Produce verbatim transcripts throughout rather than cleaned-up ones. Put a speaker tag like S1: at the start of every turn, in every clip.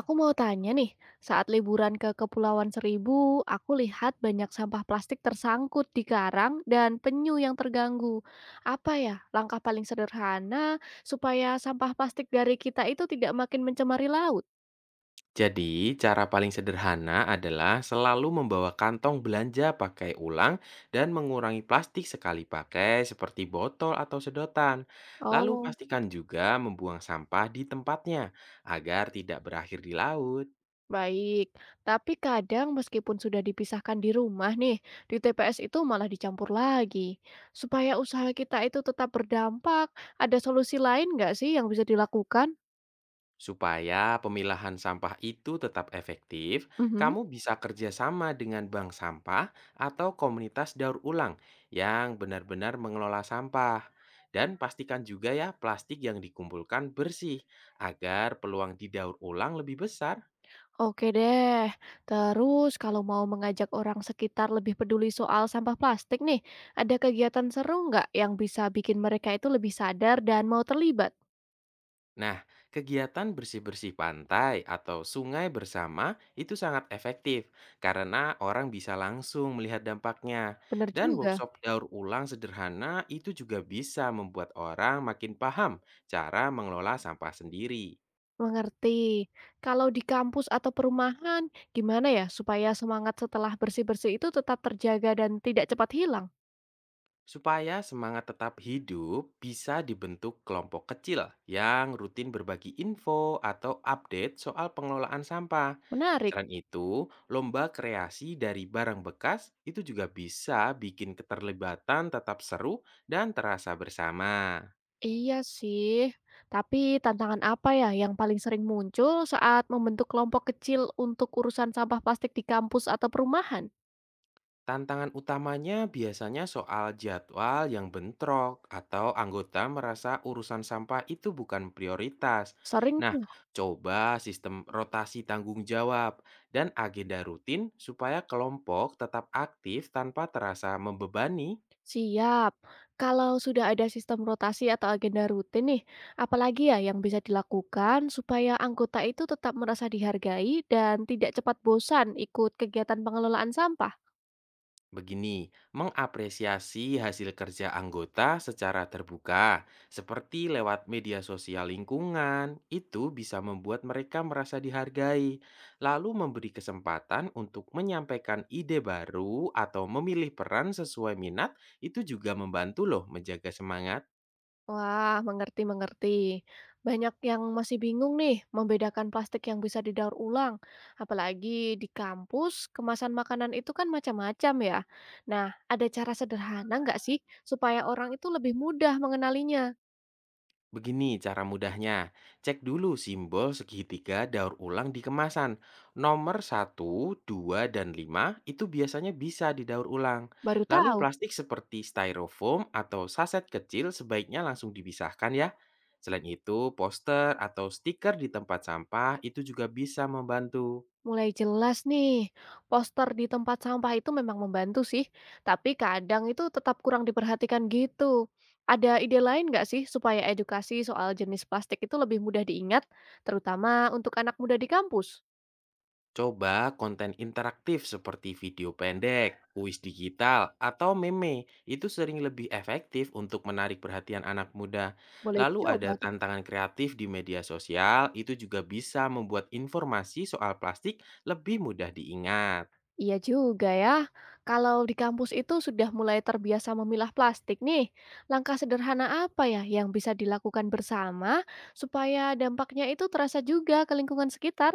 S1: Aku mau tanya nih, saat liburan ke Kepulauan Seribu, aku lihat banyak sampah plastik tersangkut di karang dan penyu yang terganggu. Apa ya langkah paling sederhana supaya sampah plastik dari kita itu tidak makin mencemari laut?
S2: Jadi, cara paling sederhana adalah selalu membawa kantong belanja pakai ulang dan mengurangi plastik sekali pakai seperti botol atau sedotan. Lalu
S1: Oh,
S2: pastikan juga membuang sampah di tempatnya agar tidak berakhir di laut.
S1: baik. Tapi kadang meskipun sudah dipisahkan di rumah nih, di T P S itu malah dicampur lagi. Supaya usaha kita itu tetap berdampak, ada solusi lain nggak sih yang bisa dilakukan?
S2: Supaya pemilahan sampah itu tetap efektif,
S1: Mhm.
S2: kamu bisa kerjasama dengan bank sampah atau komunitas daur ulang yang benar-benar mengelola sampah. Dan pastikan juga ya plastik yang dikumpulkan bersih agar peluang didaur ulang lebih besar.
S1: Oke deh. Terus kalau mau mengajak orang sekitar lebih peduli soal sampah plastik nih, ada kegiatan seru nggak yang bisa bikin mereka itu lebih sadar dan mau terlibat?
S2: Nah, kegiatan bersih-bersih pantai atau sungai bersama itu sangat efektif karena orang bisa langsung melihat dampaknya.
S1: Bener
S2: Dan
S1: juga.
S2: workshop daur ulang sederhana itu juga bisa membuat orang makin paham cara mengelola sampah sendiri.
S1: Mengerti. Kalau di kampus atau perumahan, gimana ya supaya semangat setelah bersih-bersih itu tetap terjaga dan tidak cepat hilang?
S2: Supaya semangat tetap hidup, bisa dibentuk kelompok kecil yang rutin berbagi info atau update soal pengelolaan sampah.
S1: Menarik.
S2: Selain itu, lomba kreasi dari barang bekas itu juga bisa bikin keterlibatan tetap seru dan terasa bersama.
S1: Iya sih. Tapi tantangan apa ya yang paling sering muncul saat membentuk kelompok kecil untuk urusan sampah plastik di kampus atau perumahan?
S2: Tantangan utamanya biasanya soal jadwal yang bentrok atau anggota merasa urusan sampah itu bukan prioritas.
S1: Sering
S2: Nah,
S1: tuh,
S2: coba sistem rotasi tanggung jawab dan agenda rutin supaya kelompok tetap aktif tanpa terasa membebani.
S1: siap. Kalau sudah ada sistem rotasi atau agenda rutin nih, apalagi ya yang bisa dilakukan supaya anggota itu tetap merasa dihargai dan tidak cepat bosan ikut kegiatan pengelolaan sampah?
S2: Begini, mengapresiasi hasil kerja anggota secara terbuka, seperti lewat media sosial lingkungan, itu bisa membuat mereka merasa dihargai, lalu memberi kesempatan untuk menyampaikan ide baru atau memilih peran sesuai minat, itu juga membantu loh menjaga semangat.
S1: Wah, mengerti, mengerti. Banyak yang masih bingung nih membedakan plastik yang bisa didaur ulang. Apalagi di kampus, kemasan makanan itu kan macam-macam ya. Nah, ada cara sederhana nggak sih supaya orang itu lebih mudah mengenalinya?
S2: Begini cara mudahnya, cek dulu simbol segitiga daur ulang di kemasan. Nomor satu, dua dan lima itu biasanya bisa didaur ulang.
S1: Baru
S2: Lalu
S1: tahu.
S2: plastik seperti styrofoam atau saset kecil sebaiknya langsung dipisahkan ya. Selain itu, poster atau stiker di tempat sampah itu juga bisa membantu.
S1: Mulai jelas nih, poster di tempat sampah itu memang membantu sih, tapi kadang itu tetap kurang diperhatikan gitu. Ada ide lain nggak sih supaya edukasi soal jenis plastik itu lebih mudah diingat, terutama untuk anak muda di kampus?
S2: Coba konten interaktif seperti video pendek, kuis digital, atau meme itu sering lebih efektif untuk menarik perhatian anak muda.
S1: Boleh
S2: Lalu
S1: dicoba
S2: ada
S1: tuh.
S2: tantangan kreatif di media sosial, itu juga bisa membuat informasi soal plastik lebih mudah diingat.
S1: Iya juga ya, kalau di kampus itu sudah mulai terbiasa memilah plastik nih, langkah sederhana apa ya yang bisa dilakukan bersama supaya dampaknya itu terasa juga ke lingkungan sekitar?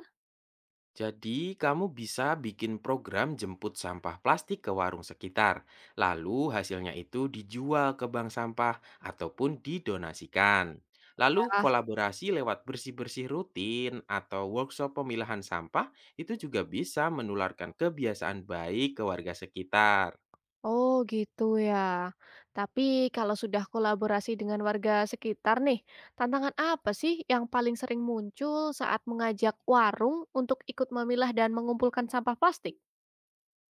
S2: Jadi, kamu bisa bikin program jemput sampah plastik ke warung sekitar. Lalu, hasilnya itu dijual ke bank sampah ataupun didonasikan. Lalu, kolaborasi lewat bersih-bersih rutin atau workshop pemilahan sampah itu juga bisa menularkan kebiasaan baik ke warga sekitar.
S1: Oh gitu ya. Tapi kalau sudah kolaborasi dengan warga sekitar nih, tantangan apa sih yang paling sering muncul saat mengajak warung untuk ikut memilah dan mengumpulkan sampah plastik?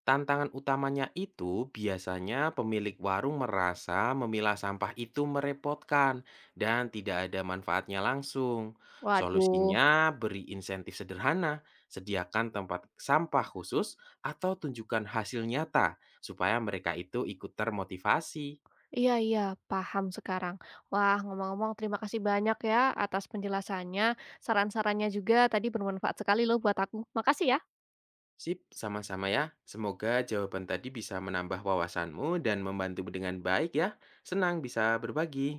S2: Tantangan utamanya itu biasanya pemilik warung merasa memilah sampah itu merepotkan dan tidak ada manfaatnya langsung.
S1: Waduh,
S2: Solusinya beri insentif sederhana, sediakan tempat sampah khusus atau tunjukkan hasil nyata supaya mereka itu ikut termotivasi.
S1: iya, iya, paham sekarang. Wah, ngomong-ngomong, terima kasih banyak ya atas penjelasannya. Saran-sarannya juga tadi bermanfaat sekali loh buat aku. Makasih ya.
S2: Sip, sama-sama ya. Semoga jawaban tadi bisa menambah wawasanmu dan membantu dengan baik ya. Senang bisa berbagi.